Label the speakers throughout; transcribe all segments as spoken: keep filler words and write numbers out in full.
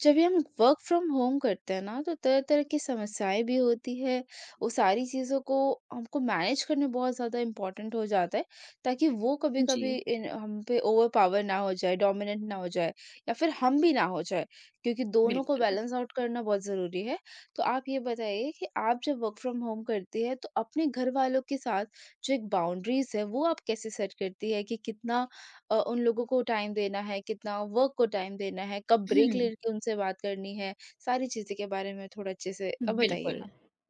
Speaker 1: जब भी हम वर्क फ्रॉम होम करते हैं ना तो तरह-तरह की समस्याएँ भी होती है। वो सारी चीज़ों को हमको मैनेज करने बहुत ज़्यादा इम्पोर्टेंट हो जाता है ताकि वो कभी-कभी
Speaker 2: जी,
Speaker 1: इन हम पे ओवरपावर ना हो जाए, डोमिनेंट ना हो जाए या फिर हम भी ना हो जाए क्योंकि दोनों
Speaker 2: बिल्क
Speaker 1: को बैलेंस आउट करना बहुत ज़रूरी है। तो आप ये बताइए कि आप जब वर्क फ्रॉम होम करती है तो अपने घरवालों के साथ जो एक बाउंड्रीज़ है वो आप कैसे सेट करती है कि कितना अ, उन लोगों को टाइम देना है, कितना वर्क को टाइम देना है, कब ब्रेक लेके उनसे बात करनी है, सारी चीज़ें के बारे में थोड़ा अच्छे से
Speaker 2: हुँ,
Speaker 1: अ, बताइएगा।
Speaker 2: बिल्कुल।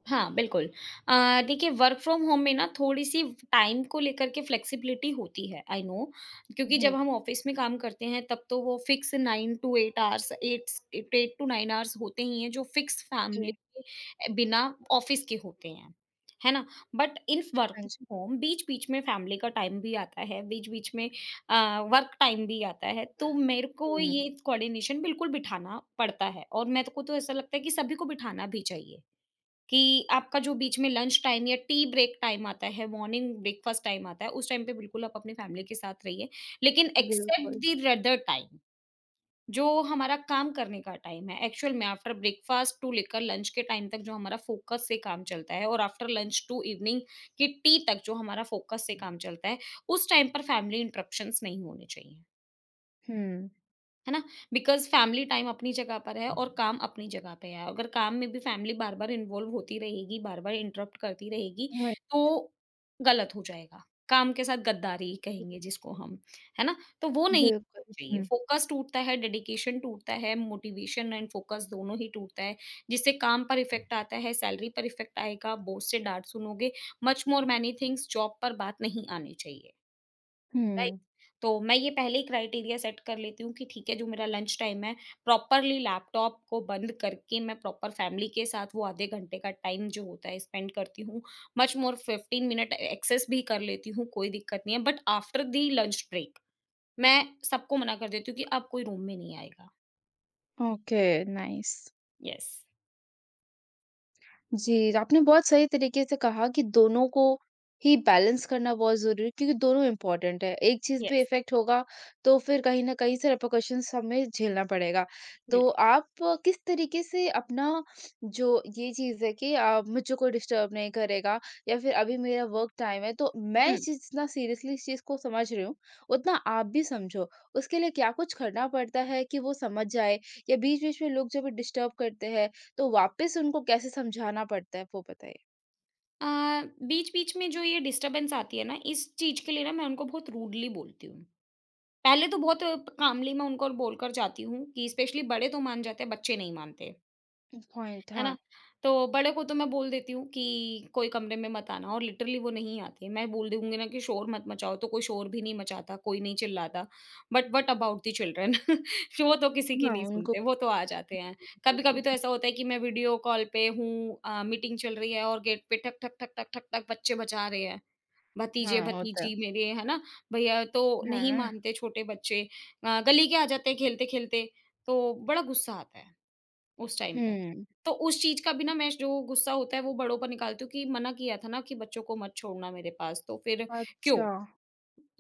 Speaker 2: हाँ, बिल्कुल। अ, देखिए वर्क फ्रॉम होम में ना थोड़ी-सी टाइम को लेकर के फ्लेक्सिबिलिटी होती है, आई नो। क्योंकि जब
Speaker 1: हुँ,
Speaker 2: हम ऑफ़िस में काम करते हैं तब तो वो fix nine to eight hours 8 eight 8 to nine hours होते ही हैं जो फिक्स फैमिली
Speaker 1: जी।
Speaker 2: के बिना ऑफ़िस के होते हैं, है ना? बट इन वर्क
Speaker 1: हाँ जी।
Speaker 2: फ्रॉम होम बीच-बीच में फैमिली का टाइम भी आता है, बीच-बीच में अ, वर्क टाइम भी आता है, तो मेरे को हुँ।
Speaker 1: हुँ,
Speaker 2: ये कोऑर्डिनेशन बिल्कुल बिठाना पड़ता है और मेरे को तो ऐसा लगता है कि सभी को बिठाना भी चाहिए, कि आपका जो बीच में लंच टाइम या टी ब्रेक टाइम आता है, मॉर्निंग ब्रेकफास्ट टाइम आता है, उस टाइम पे बिल्कुल आप अपनी फैमिली के साथ रहिए। लेकिन एक्सेप्ट
Speaker 1: बिल्कुल।
Speaker 2: द अदर टाइम, जो हमारा काम करने का टाइम है, एक्चुअल में आफ्टर ब्रेकफास्ट टू लेकर लंच के टाइम तक जो हमारा फ़ोकस से काम चलता है और आफ्टर लंच टू इवनिंग की टी तक जो हमारा फ़ोकस से काम चलता है, उस टाइम पर फैमिली इंटरप्शंस नहीं होने चाहिए।
Speaker 1: हुँ।
Speaker 2: है ना? बिकॉज़ फैमिली टाइम अपनी जगह पर है और काम अपनी जगह पे है। अगर काम में भी फैमिली बार-बार इन्वॉल्व होती रहेगी, बार-बार इंटरप्ट करती रहेगी, तो गलत हो जाएगा। काम के साथ गद्दारी कहेंगे जिसको हम, है ना? तो वो
Speaker 1: हुँ,
Speaker 2: नहीं
Speaker 1: बिल्कुल,
Speaker 2: चाहिए।
Speaker 1: हुँ,
Speaker 2: फ़ोकस टूटता है, डेडिकेशन टूटता है, मोटिवेशन एंड फ़ोकस दोनों ही टूटता है, जिससे काम पर इफ़ेक्ट आता है, सैलरी पर इफ़ेक्ट आएगा, बॉस से डाँट सुनोगे, much more many things job पर बात नहीं आनी चाहिए। राइट।
Speaker 1: हुँ।
Speaker 2: तो मैं ये पहले ही क्राइटेरिया सेट कर लेती हूँ कि ठीक है, जो मेरा लंच टाइम है प्रॉपरली लैपटॉप को बंद करके मैं प्रॉपर फैमिली के साथ वो आधे घंटे का टाइम जो होता है स्पेंड करती हूँ। Much more fifteen minute excess भी कर लेती हूँ, कोई दिक्कत नहीं है, but after the lunch break मैं सबको मना कर देती हूँ कि अब कोई रूम में नहीं आएगा।
Speaker 1: Okay, nice.
Speaker 2: यस।
Speaker 1: जी, आपने बहुत सही तरीके से कहा कि दोनों को ही बैलेंस करना बहुत ज़रूरी है क्योंकि दोनों इम्पोर्टेंट है। एक चीज़ पे
Speaker 2: यस।
Speaker 1: इफ़ेक्ट होगा तो फिर कहीं न कहीं से रिperकशंस हमें झेलना पड़ेगा। तो
Speaker 2: बिल्कुल।
Speaker 1: आप किस तरीके से अपना जो ये चीज़ है कि अ, मुझे कोई डिस्टर्ब नहीं करेगा या फिर अभी मेरा वर्क टाइम है तो मैं इस
Speaker 2: हम्म।
Speaker 1: चीज़ जितना सीरियसली इस चीज़ को समझ रही हूँ, उतना आप भी समझो। उसके लिए क्या कुछ करना पड़ता है कि वो समझ जाए या बीच-बीच में लोग जब डिस्टर्ब करते हैं तो वापस उनको कैसे समझाना पड़ता है वो बताइए?
Speaker 2: आ, बीच बीच में जो ये डिस्टरबेंस आती है ना, इस चीज के लिए ना मैं उनको बहुत रूडली बोलती हूँ। पहले तो बहुत कामली मैं उनको बोलकर जाती हूँ कि स्पेशली बड़े तो मान जाते हैं, बच्चे नहीं मानते,
Speaker 1: पॉइंट
Speaker 2: है ना?
Speaker 1: हाँ,
Speaker 2: तो बड़े को तो मैं बोल देती हूँ कि कोई कमरे में मत आना और लिटरली वो नहीं आते। मैं बोल दूँगी ना कि शोर मत मचाओ, तो कोई शोर भी नहीं मचाता, कोई नहीं चिल्लाता। But what about the children? वो तो किसी की
Speaker 1: हाँ,
Speaker 2: नहीं
Speaker 1: उनको
Speaker 2: सुनते, वो तो आ जाते हैं। कभी-कभी
Speaker 1: बिल्कुल।
Speaker 2: तो ऐसा होता है कि मैं वीडियो कॉल पे हूँ, अ, मीटिंग चल रही है और गेट पे ठक, ठक, ठक, ठक, ठक, ठक बच्चे बजा रहे हैं।
Speaker 1: हाँ, होता है।
Speaker 2: भतीजे-भतीजी मेरे, है ना? भैया तो नहीं
Speaker 1: हाँ,
Speaker 2: मानते छोटे बच्चे, अ, गली के आ जाते हैं खेलते-खेलते, तो बड़ा गुस्सा आता है उस टाइम पर।
Speaker 1: हुँ।
Speaker 2: तो उस चीज़ का भी ना, मैं जो गुस्सा होता है वो बड़ों पर निकालती हूँ कि मना किया था ना कि बच्चों को मत छोड़ना मेरे पास, तो फिर क्यों?
Speaker 1: अच्छा।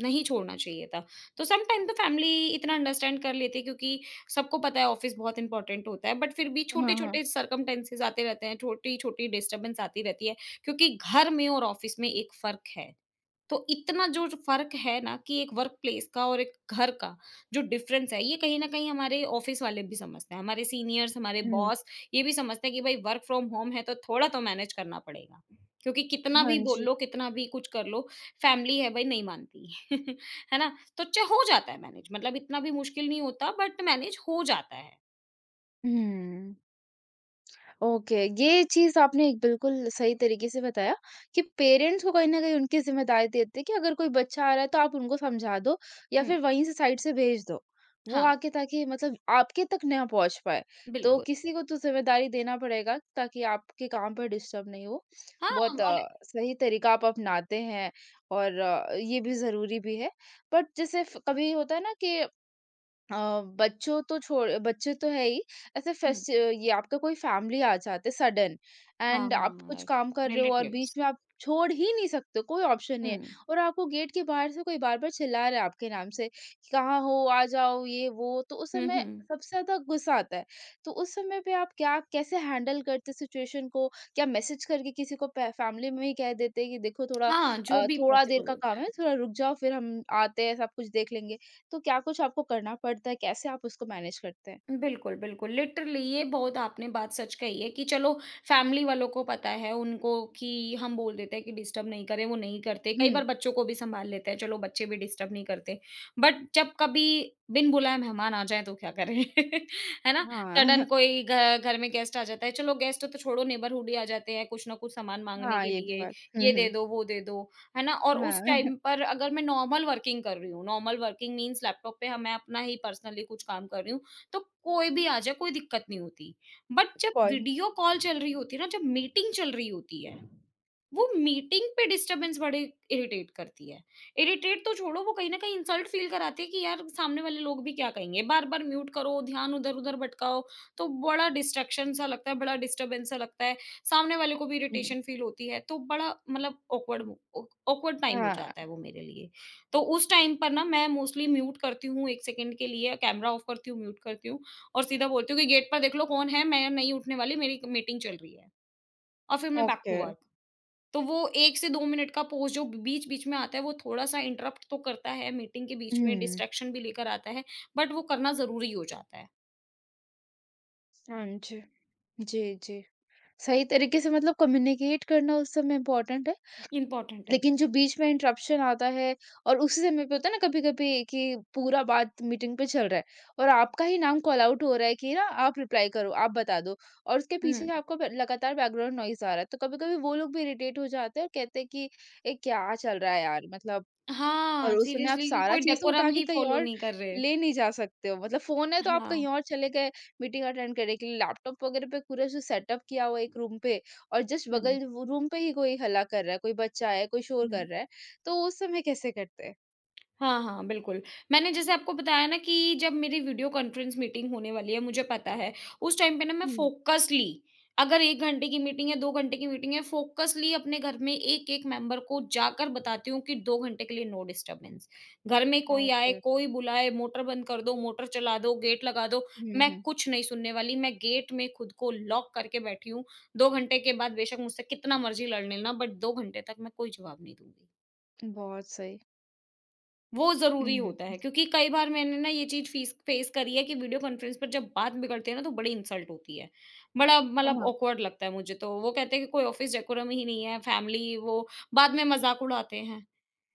Speaker 2: नहीं छोड़ना चाहिए था। तो सम टाइम तो फैमिली इतना अंडरस्टैंड कर लेती है क्योंकि सबको पता है ऑफ़िस बहुत इम्पोर्टेंट होता है, बट फिर भी
Speaker 1: हाँ, हाँ।
Speaker 2: छोटे-छोटे सर्कमस्टेंसेस आते रहते हैं, छोटी-छोटी डिस्टर्बेंस आती रहती है, क्योंकि घर में और ऑफ़िस में एक फ़र्क है। तो इतना जो जो फ़र्क है ना कि एक वर्क प्लेस का और एक घर का जो डिफ़रेंस है, ये कहीं न कहीं हमारे ऑफ़िस वाले भी समझते हैं। हमारे सीनियर्स, हमारे
Speaker 1: हुँ,
Speaker 2: बॉस ये भी समझते हैं कि भई वर्क फ्रॉम होम है तो थोड़ा तो मैनेज करना पड़ेगा। क्योंकि कितना
Speaker 1: हाँ
Speaker 2: भी बोल
Speaker 1: जी।
Speaker 2: लो, कितना भी कुछ कर लो, फैमिली है भई, नहीं मानती। है ना? तो च हो जाता है मैनेज, मतलब इतना भी मुश्किल नहीं होता, बट मैनेज हो जाता है।
Speaker 1: हुँ। ओके, ये चीज़ आपने एक बिल्कुल सही तरीके से बताया कि पेरेंट्स को कहीं न कहीं उनकी ज़िम्मेदारी देते हैं कि अगर कोई बच्चा आ रहा है तो आप उनको समझा दो या
Speaker 2: हुँ,
Speaker 1: फिर वहीं से साइड से भेज दो। वो
Speaker 2: हाँ,
Speaker 1: आके ताकि मतलब आपके तक ना पहुँच पाए। तो
Speaker 2: बिल्कुल।
Speaker 1: किसी को तो ज़िम्मेदारी देना पड़ेगा ताकि आपके काम पर डिस्टर्ब नहीं हो।
Speaker 2: हाँ,
Speaker 1: बहुत
Speaker 2: और
Speaker 1: अ, सही तरीका आप अपनाते हैं और अ, ये भी ज़रूरी भी है। बट जैसे फ कभी होता है ना कि अ, बच्चों तो छोड़ बच्चे तो है ही ऐसे
Speaker 2: हुँ,
Speaker 1: फेस्ट ये आपका कोई फैमिली आ जाते सडन एंड आप कुछ
Speaker 2: हाँ,
Speaker 1: काम कर रहे हो और बीच
Speaker 2: रिलेटिव्स।
Speaker 1: में आप छोड़ ही नहीं सकते कोई ऑप्शन
Speaker 2: हुँ,
Speaker 1: नहीं है और आपको गेट के बाहर से कोई बार बार चिल्ला रहा है आपके नाम से कि कहाँ हो आ जाओ ये वो तो उस
Speaker 2: हुँ,
Speaker 1: समय
Speaker 2: हुँ।
Speaker 1: सबसे ज्यादा गुस्सा आता है तो उस समय पे आप क्या कैसे हैंडल करते सिचुएशन को क्या मैसेज करके किसी को फैमिली में ही कह देते कि देखो थोड़ा
Speaker 2: हाँ, जो
Speaker 1: अ,
Speaker 2: भी
Speaker 1: थोड़ा देर
Speaker 2: पॉसिबल
Speaker 1: का
Speaker 2: होता
Speaker 1: काम है
Speaker 2: है।
Speaker 1: थोड़ा रुक जाओ फिर हम आते हैं सब कुछ देख लेंगे तो क्या कुछ आपको करना पड़ता है? कैसे आप उसको मैनेज करते हैं?
Speaker 2: बिल्कुल, बिल्कुल। लिटरली ये बहुत आपने बात सच कही है कि चलो, फैमिली वालों को पता है उनको कि हम बोल देते हैं कि डिस्टर्ब नहीं करें, वो नहीं करते। कई
Speaker 1: हुँ,
Speaker 2: बार बच्चों को भी सँभाल लेते हैं, चलो बच्चे भी डिस्टर्ब नहीं करते। बट जब कभी बिन बुलाए मेहमान आ जाएँ तो क्या करें? है ना?
Speaker 1: हाँ,
Speaker 2: सडन कोई घ घर में गेस्ट आ जाता है, चलो गेस्ट तो छोड़ो, नेबरहुड ही आ जाते हैं कुछ न कुछ सामान माँगने
Speaker 1: हाँ,
Speaker 2: के
Speaker 1: ये भी
Speaker 2: लिए,
Speaker 1: बात हुँ,
Speaker 2: ये दे
Speaker 1: हुँ।
Speaker 2: दो, वो दे दो, है ना? और उस
Speaker 1: हाँ,
Speaker 2: टाइम पर अगर मैं नॉर्मल वर्किंग कर रही हूँ, नॉर्मल वर्किंग मीन्स लैपटॉप पे ह मैं अपना ही पर्सनली कुछ काम कर रही हूँ, तो कोई भी आ जाए कोई दिक्कत नहीं होती। बट जब
Speaker 1: पॉइंट
Speaker 2: वीडियो कॉल चल रही होती है ना, जब मीटिंग चल रही होती है, वो मीटिंग पे डिस्टरबेंस बड़े इरिटेट करती है। इरिटेट तो छोड़ो, वो कहीं ना कहीं इंसल्ट फील कराती है कि यार सामने वाले लोग भी क्या कहेंगे, बार बार म्यूट करो, ध्यान उधर उधर भटकाओ। तो बड़ा डिस्ट्रैक्शन सा लगता है, बड़ा डिस्टरबेंस सा लगता है, सामने वाले को भी
Speaker 1: हुँ, हुँ।
Speaker 2: इरिटेशन फील होती है, तो बड़ा मतलब ऑकवर्ड, ऑकवर्ड टाइम हो
Speaker 1: हाँ,
Speaker 2: जाता है वो मेरे लिए। तो उस टाइम पर ना मैं मोस्टली म्यूट करती हूँ, एक सेकंड के लिए कैमरा ऑफ करती हूँ, म्यूट करती हूँ और सीधा बोलती हूँ कि गेट पर देख लो कौन है, मैं नहीं उठने वाली, मेरी मीटिंग चल रही है, और फिर मैं बैक टू
Speaker 1: ओके।
Speaker 2: वर्क। तो वो एक से दो मिनट का पॉज़ जो बीच-बीच में आता है, वो थोड़ा-सा इंटरप्ट तो करता है, मीटिंग के बीच में
Speaker 1: हुँ,
Speaker 2: डिस्ट्रैक्शन भी लेकर आता है, बट वो करना ज़रूरी हो जाता है,
Speaker 1: हाँ जी। जी, जी। सही तरीके से मतलब कम्युनिकेट करना उस समय इम्पोर्टेंट है।
Speaker 2: इम्पोर्टेंट है।
Speaker 1: लेकिन जो बीच में इंटरप्शन आता है और उसी समय पे होता है ना कभी-कभी कि पूरा बात मीटिंग पे चल रहा है और आपका ही नाम कॉल आउट हो रहा है कि ना आप रिप्लाई करो, आप बता दो और उसके
Speaker 2: हुँ।
Speaker 1: पीछे आपका ब लगातार बैकग्राउंड नॉइज़ आ रहा है। तो कभी-कभी वो लोग भी इरिटेट हो जाते हैं और कहते हैं कि, "ये क्या चल रहा है यार?" मतलब
Speaker 2: हाँ,
Speaker 1: और उस समय आप
Speaker 2: सीरियसली कि
Speaker 1: सारा
Speaker 2: कोई
Speaker 1: चीज़ तो
Speaker 2: डेकोरम
Speaker 1: उठा के
Speaker 2: ही
Speaker 1: कहीं
Speaker 2: फॉलो
Speaker 1: और
Speaker 2: नहीं कर रहे।
Speaker 1: ले नहीं जा सकते हो मतलब फ़ोन है तो आप
Speaker 2: हाँ,
Speaker 1: कहीं और चले गए मीटिंग अटेंड करने के लिए लैपटॉप वगैरह पे पूरा जो सेटअप किया हुआ है एक रूम पे और जस्ट
Speaker 2: हुँ।
Speaker 1: बगल वो रूम पे ही कोई हल्ला कर रहा है कोई बच्चा है कोई शोर
Speaker 2: हुँ।
Speaker 1: कर रहा है तो उस समय कैसे करते हैं?
Speaker 2: हाँ, हाँ, बिल्कुल। मैंने जैसे आपको बताया ना कि जब मेरी वीडियो कॉन्फ्रेंस मीटिंग होने वाली है, मुझे पता है, उस टाइम पे ना मैं
Speaker 1: हुँ,
Speaker 2: फ़ोकस्ली, अगर एक घंटे की मीटिंग है, दो घंटे की मीटिंग है, फ़ोकस्ली अपने घर में एक-एक मेंबर को जाकर बताती हूँ कि दो घंटे के लिए नो डिस्टर्बेंस। घर में कोई आए,
Speaker 1: ओके।
Speaker 2: कोई बुलाए, मोटर बंद कर दो, मोटर चला दो, गेट लगा दो,
Speaker 1: हुँ,
Speaker 2: मैं
Speaker 1: हुँ।
Speaker 2: कुछ नहीं सुनने वाली। मैं गेट में खुद को लॉक करके बैठी हूँ। दो घंटे के बाद बेशक मुझसे कितना मर्ज़ी लड़ लेना, बट दो घंटे तक मैं कोई जवाब नहीं दूँगी।
Speaker 1: बहुत सही।
Speaker 2: वो ज़रूरी
Speaker 1: हुँ,
Speaker 2: होता है क्योंकि कई बार मैंने ना ये चीज़ फ़ीस फ़ेस करी है कि वीडियो कॉन्फ्रेंस पर जब बात बिगड़ती है ना तो बड़ी इंसल्ट होती है। बड़ा मतलब
Speaker 1: हाँ,
Speaker 2: ऑकवर्ड लगता है मुझे तो। वो कहते हैं कि कोई ऑफ़िस डेकोरम ही नहीं है, फैमिली वो बाद में मज़ाक उड़ाते हैं।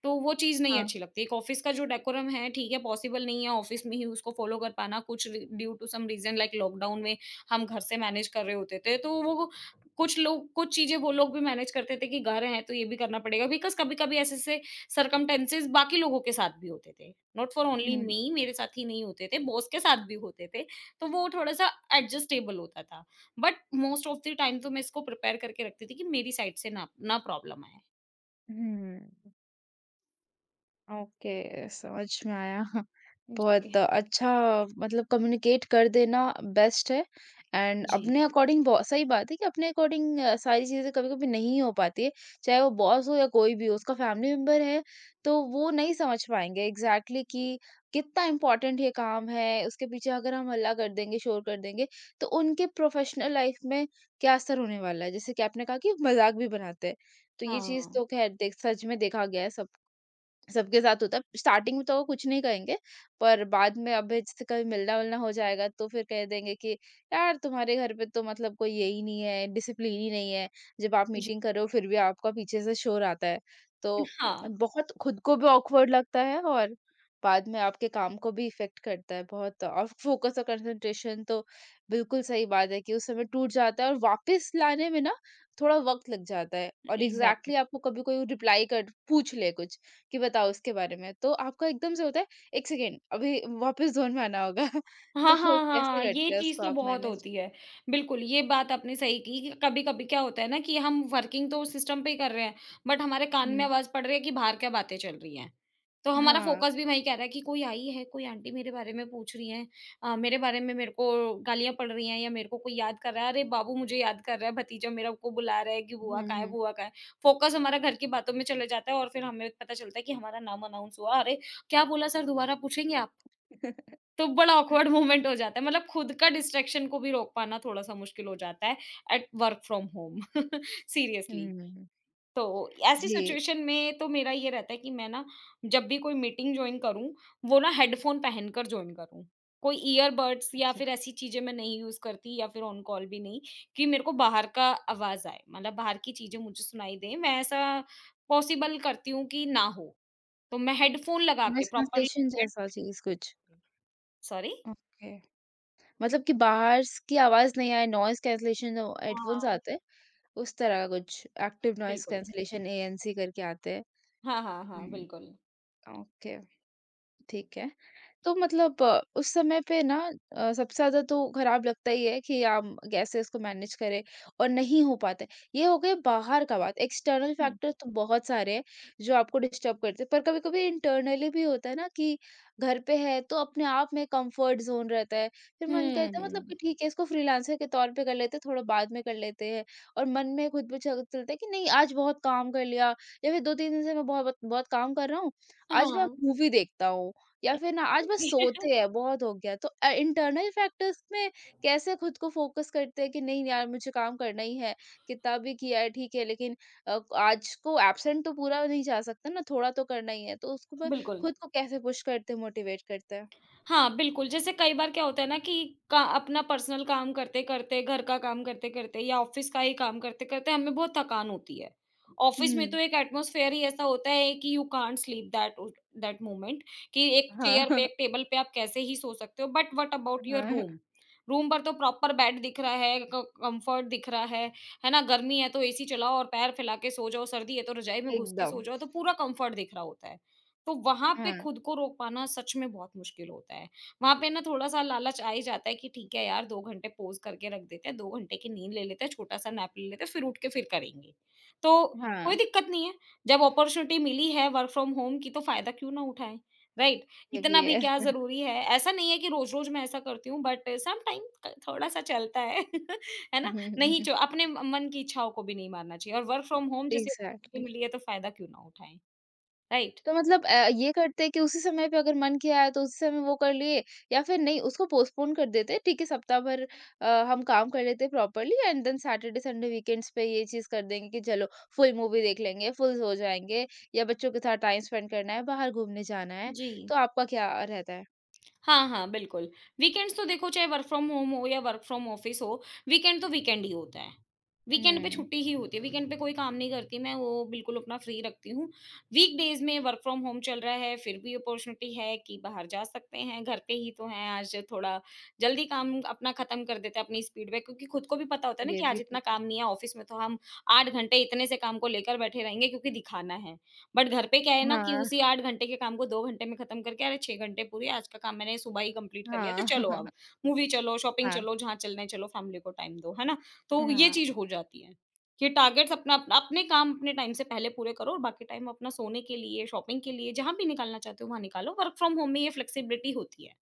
Speaker 2: तो वो चीज़ नहीं
Speaker 1: हाँ।
Speaker 2: अच्छी लगती। एक ऑफ़िस का जो डेकोरम है, ठीक है, पॉसिबल नहीं है ऑफ़िस में ही उसको फ़ॉलो कर पाना। कुछ रि due to some reason like lockdown में हम घर से मैनेज कर रहे होते थे, तो वो कुछ लोग कुछ चीज़ें वो लोग भी मैनेज करते थे कि घर हैं, तो ये भी करना पड़ेगा। बिकॉज़ कभी-कभी ऐसे-ऐसे सर्कमटेंसेस बाकी लोगों के साथ भी होते थे। Not for only
Speaker 1: hmm,
Speaker 2: me, मेरे साथ ही नहीं होते थे, बॉस के साथ भी होते थे, तो वो थोड़ा-सा एडजस्टेबल होता था। But most of the time तो मैं इसको प्रिपेयर करके रखती थी कि मेरी साइड से ना ना प्रॉब्लम आए।
Speaker 1: हुँ। ओके, समझ में आया। बहुत
Speaker 2: जी,
Speaker 1: अच्छा मतलब कम्युनिकेट कर देना बेस्ट है एंड
Speaker 2: जी।
Speaker 1: अपने अकॉर्डिंग बो सही बात है कि अपने अकॉर्डिंग अ, सारी चीज़ें कभी-कभी नहीं हो पाती है। चाहे वो बॉस हो या कोई भी हो, उसका फैमिली मेंबर है, तो वो नहीं समझ पाएँगे एग्ज़ैक्टली कि कितना इम्पोर्टेंट ये काम है, उसके पीछे अगर हम हल्ला कर देंगे, शोर कर देंगे, तो उनके प्रोफ़ेशनल लाइफ़ में क्या असर होने वाला है। जैसे कि आपने कहा कि मज़ाक भी बनाते हैं, तो ये चीज़
Speaker 2: हाँ।
Speaker 1: तो ख़ैर देख सच में देखा गया है सब सबके साथ होता है स्टार्टिंग में तो वो कुछ नहीं कहेंगे पर बाद में अब जैसे कभी मिलना-वलना हो जाएगा तो फिर कह देंगे कि यार तुम्हारे घर पे तो मतलब कोई यही नहीं है, डिसिप्लिन ही नहीं है। जब आप
Speaker 2: जी,
Speaker 1: मीटिंग कर रहे हो फिर भी आपका पीछे से शोर आता है। तो
Speaker 2: हाँ,
Speaker 1: बहुत खुद को भी ऑकवर्ड लगता है और बाद में आपके काम को भी इफ़ेक्ट करता है बहुत और फोकस और कंसंट्रेशन तो बिल्कुल सही बात है कि उस समय टूट जाता है और वापस लाने में ना थोड़ा वक़्त लग जाता है और
Speaker 2: एग्ज़ैक्टली।
Speaker 1: एग्ज़ैक्टली आपको कभी कोई रिप्लाई कर पूछ ले कुछ कि बताओ उसके बारे में। तो आपका एकदम से होता है, एक सेकंड अभी वापस ज़ोन में आना होगा।
Speaker 2: हाँ,
Speaker 1: तो
Speaker 2: हाँ,
Speaker 1: कैसे
Speaker 2: हाँ, ये
Speaker 1: करते हैं
Speaker 2: चीज़
Speaker 1: उसको
Speaker 2: तो
Speaker 1: आप
Speaker 2: बहुत
Speaker 1: मैनेज?
Speaker 2: होती है। बिल्कुल, ये बात आपने सही की कि कभी-कभी क्या होता है ना कि हम वर्किंग तो सिस्टम पे ही कर रहे हैं, बट हमारे कान में
Speaker 1: हुँ,
Speaker 2: आवाज़ पड़ रही है कि बाहर क्या बातें चल रही हैं। तो हमारा
Speaker 1: हाँ।
Speaker 2: फ़ोकस भी वहीं कह रहा है कि कोई आई है, कोई आंटी मेरे बारे में पूछ रही हैं, अ, मेरे बारे में मेरे को गालियाँ पड़ रही हैं, या मेरे को कोई याद कर रहा है, अरे बाबू मुझे याद कर रहा है, भतीजा मेरा को बुला रहा है कि बुआ
Speaker 1: हुँ,
Speaker 2: कहाँ है,
Speaker 1: हुँ।
Speaker 2: बुआ कहाँ है। फ़ोकस हमारा घर की बातों में चले जाता है और फिर हमें पता चलता है कि हमारा नाम अनाउंस हुआ, अरे! क्या बोला सर, दोबारा पूछेंगे आप? तो बड़ा ऑकवर्ड मोमेंट हो जाता है, मतलब खुद का डिस्ट्रैक्शन को भी रोक पाना थोड़ा-सा मुश्किल हो जाता है at work from home, seriously.
Speaker 1: हुँ,
Speaker 2: तो ऐसी
Speaker 1: जी।
Speaker 2: सिचुएशन में तो मेरा ये रहता है कि मैं ना, जब भी कोई मीटिंग जॉइन करूँ, वो ना हेडफ़ोन पहनकर जॉइन करूँ। कोई ईयरबड्स या
Speaker 1: अच्छा।
Speaker 2: फिर ऐसी चीज़ें मैं नहीं यूज़ करती, या फिर ऑन कॉल भी नहीं कि मेरे को बाहर का आवाज़ आए, मतलब बाहर की चीज़ें मुझे सुनाई दें। मैं ऐसा पॉसिबल करती हूँ कि ना हो, तो मैं हेडफ़ोन लगा के
Speaker 1: नॉइज़
Speaker 2: प्रॉपरली
Speaker 1: कैंसलेशन जैसा चीज़ कुछ?
Speaker 2: सॉरी?
Speaker 1: ओके। मतलब कि बाहर स की आवाज़ नहीं आए, नॉइज़ कैंसलेशन जो हेडफ़ोन्स
Speaker 2: हाँ,
Speaker 1: आते हैं, उस तरह का कुछ एक्टिव नॉइज़
Speaker 2: बिल्कुल।
Speaker 1: कैंसलेशन ए एन सी करके आते हैं।
Speaker 2: हाँ, हाँ, हाँ,
Speaker 1: हुँ,
Speaker 2: बिल्कुल।
Speaker 1: ओके। ठीक है। तो मतलब अ, उस समय पे ना अ, सबसे ज़्यादा तो खराब लगता ही है कि हम कैसे इसको मैनेज करें और नहीं हो पाता है। ये हो गए बाहर का बात, एक्सटर्नल
Speaker 2: हुँ।
Speaker 1: फैक्टर्स तो बहुत सारे हैं जो आपको डिस्टर्ब करते हैं। पर कभी-कभी इंटरनली भी होता है ना कि घर पे है तो अपने आप में कंफर्ट ज़ोन रहता है। फिर मन
Speaker 2: हुँ,
Speaker 1: कहता है मतलब कि
Speaker 2: हुँ।
Speaker 1: ठीक है इसको फ्रीलांसर के तौर पे कर लेते हैं, थोड़ा बाद में कर लेते हैं और मन में खुद भी चल चलता है कि नहीं आज बहुत काम कर लिया या फिर दो तीन दिन से मैं बहुत बहुत काम कर रहा हूँ, आज मैं
Speaker 2: हाँ।
Speaker 1: मूवी देखता हूँ। या फिर ना आज बस सोते हैं बहुत हो गया तो इंटरनल फैक्टर्स में कैसे खुद को फोकस करते हैं कि नहीं यार मुझे काम करना ही है कितना भी किया है ठीक है लेकिन अ, आज को एब्सेंट तो पूरा नहीं जा सकता ना थोड़ा तो करना ही है तो उसको मैं
Speaker 2: बिल्कुल।
Speaker 1: खुद को कैसे पुश करते मोटिवेट करते हैं
Speaker 2: हाँ, बिल्कुल, जैसे कई बार क्या होता है ना कि का अपना पर्सनल काम करते-करते, घर का काम करते-करते या ऑफ़िस का ही काम करते-करते हमें बहुत थकान होती है। ऑफ़िस में
Speaker 1: हम्म
Speaker 2: तो एक एटमॉस्फ़ेयर ही ऐसा होता है कि you can't sleep that at that moment कि एक
Speaker 1: हाँ,
Speaker 2: चेयर पे,
Speaker 1: हाँ।
Speaker 2: एक टेबल पे आप कैसे ही सो सकते हो, but what about your room? Room पर तो प्रॉपर बेड दिख रहा है, क कम्फ़र्ट दिख रहा है, है ना? गर्मी है तो एसी चलाओ और पैर फैला के सो जाओ, सर्दी है तो रज़ाई में घुस के सो
Speaker 1: एकदम।
Speaker 2: जाओ, तो पूरा कम्फ़र्ट दिख रहा होता है। तो वहाँ पे
Speaker 1: हाँ,
Speaker 2: खुद को रोक पाना सच में बहुत मुश्किल होता है। वहाँ पे ना थोड़ा-सा लालच आ ही जाता है कि ठीक है यार दो घंटे पॉज़ करके रख देते हैं, दो घंटे की नींद ले लेते हैं, छोटा-सा नैप ले लेते हैं, फिर उठ के फिर करेंगे। तो कोई
Speaker 1: हाँ,
Speaker 2: दिक्कत नहीं है, जब अपॉर्च्युनिटी मिली है वर्क फ्रॉम होम की तो फ़ायदा क्यों ना उठाएँ, राइट?
Speaker 1: ये भी
Speaker 2: इतना भी
Speaker 1: है।
Speaker 2: क्या ज़रूरी है? ऐसा नहीं है कि रोज़-रोज़ मैं ऐसा करती हूँ बट समटाइम क थोड़ा-सा चलता है, है ना? नहीं जो अपने म मन की इच्छाओं को भी नहीं मारना चाहिए और वर्क फ्रॉम होम जैसे
Speaker 1: एग्जैक्टली।
Speaker 2: opportunity मिली है तो फ़ायदा क्यों ना उठाएँ, राइट?
Speaker 1: तो मतलब अ, ये करते कि उसी समय पे अगर मन किया है तो उसी समय वो कर लिए या फिर नहीं उसको पोस्टपोन कर देते ठीक है सप्ताह भर अ, हम काम कर लेते properly and then Saturday Sunday weekends पे ये चीज कर देंगे कि चलो फुल मूवी देख लेंगे फुल हो जाएंगे या बच्चों के साथ टाइम स्पेंड करना है बाहर घूमने जाना है
Speaker 2: जी।
Speaker 1: तो आपका क्या रहता है
Speaker 2: हाँ, हाँ, बिल्कुल। वीकेंड्स तो देखो चाहे वर्क फ्रॉम होम हो या वर्क फ्रॉम ऑफिस हो, वीकेंड तो वीकेंड ही होता है। वीकेंड पे
Speaker 1: हम्म।
Speaker 2: छुट्टी ही होती है, वीकेंड पे कोई काम नहीं करती मैं, वो बिल्कुल अपना फ्री रखती हूँ। वीकडेज़ में वर्क फ्रॉम होम चल रहा है, फिर भी अपॉर्च्युनिटी है कि बाहर जा सकते हैं, घर पे ही तो हैं, आज थोड़ा जल्दी काम अपना खत्म कर देते हैं अपनी स्पीड में क्योंकि खुद को भी पता होता है ना
Speaker 1: ये
Speaker 2: कि आज
Speaker 1: भी
Speaker 2: इतना
Speaker 1: ठीक है।
Speaker 2: काम नहीं है, ऑफिस में तो हम आठ घंटे इतने से काम को लेकर बैठे रहेंगे क्योंकि दिखाना है। बट घर पे क्या है ना कि
Speaker 1: हाँ,
Speaker 2: उसी आठ घंटे के काम को दो घंटे में खत्म करके अरे छह घंटे पूरे आज का काम मैंने सुबह ही कंप्लीट कर लिया तो
Speaker 1: हाँ।
Speaker 2: चलो अब मूवी चलो, शॉपिंग
Speaker 1: हाँ।
Speaker 2: चलो, जहाँ चलना है चलो, फैमिली को टाइम दो, है ना? तो ये चीज़ हो जाती है कि टारगेट्स अपना अपना अपने काम अपने टाइम से पहले पूरे करो और बाकी टाइम अपना सोने के लिए, शॉपिंग के लिए, जहाँ भी निकालना चाहते हो वहाँ निकालो। वर्क फ्रॉम होम में ये फ्लेक्सिबिलिटी होती है।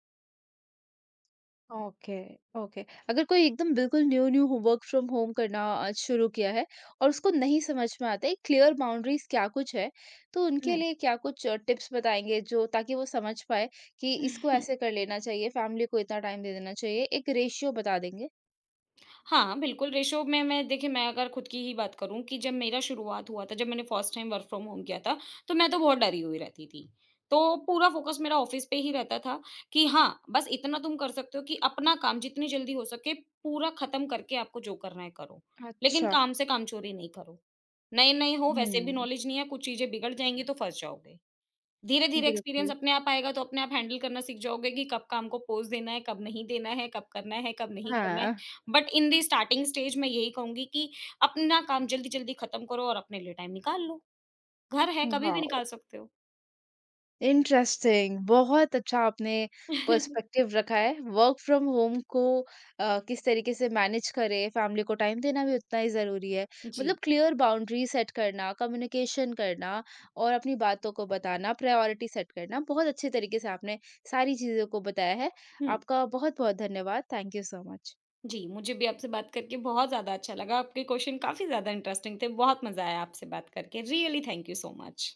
Speaker 1: ओके। ओके। अगर कोई एकदम बिल्कुल new new work from home करना आज शुरू किया है और उसको नहीं समझ में आता है क्लियर बाउंड्रीज क्या कुछ है तो उनके
Speaker 2: हुँ।
Speaker 1: लिए क्या कुछ टिप्स बताएंगे जो ताकि वो समझ पाए कि इसको ऐसे कर लेना चाहिए फैमिली को इतना टाइम दे देना चाहिए एक रेशियो बता देंगे
Speaker 2: हाँ, बिल्कुल, रेशो में मैं देखिए मैं अगर खुद की ही बात करूँ कि जब मेरा शुरुआत हुआ था, जब मैंने first time work from home किया था, तो मैं तो बहुत डरी हुई रहती थी। तो पूरा फ़ोकस मेरा ऑफ़िस पे ही रहता था कि हाँ, बस इतना तुम कर सकते हो कि अपना काम जितनी जल्दी हो सके पूरा ख़त्म करके आपको जो करना है करो। लेकिन
Speaker 1: अच्छा।
Speaker 2: काम से कामचोरी नहीं करो। नए-नए हो वैसे भी
Speaker 1: हम्म।
Speaker 2: नॉलेज नहीं है, कुछ चीज़ें बिगड़ जाएँगी तो फँस जाओगे। धीरे-धीरे एक्सपीरियंस
Speaker 1: बिल्कुल।
Speaker 2: अपने आप आएगा तो अपने आप हैंडल करना सीख जाओगे कि कब काम को पोज़ देना है, कब नहीं देना है, कब करना है, कब नहीं करना है।
Speaker 1: हाँ।
Speaker 2: But in the starting stage मैं यही कहूँगी कि अपना काम जल्दी-जल्दी खत्म करो और अपने लिए टाइम निकाल लो। घर है, कभी भी
Speaker 1: वाह,
Speaker 2: निकाल सकते हो।
Speaker 1: इंटरेस्टिंग। बहुत अच्छा आपने पर्सपेक्टिव रखा है। वर्क फ्रॉम होम को अ, किस तरीके से मैनेज करें, फैमिली को टाइम देना भी उतना ही ज़रूरी है।
Speaker 2: जी।
Speaker 1: मतलब क्लियर बाउंड्री सेट करना, कम्युनिकेशन करना और अपनी बातों को बताना, प्रायोरिटी सेट करना। बहुत अच्छे तरीके से आपने सारी चीज़ों को बताया है।
Speaker 2: हुँ।
Speaker 1: आपका बहुत-बहुत धन्यवाद। Thank you so much.
Speaker 2: जी, मुझे भी आपसे बात करके बहुत ज़्यादा अच्छा लगा। आपके क्वेश्चन काफ़ी ज़्यादा इंटरेस्टिंग थे। बहुत मज़ा आया आपसे बात करके। Really thank you so much.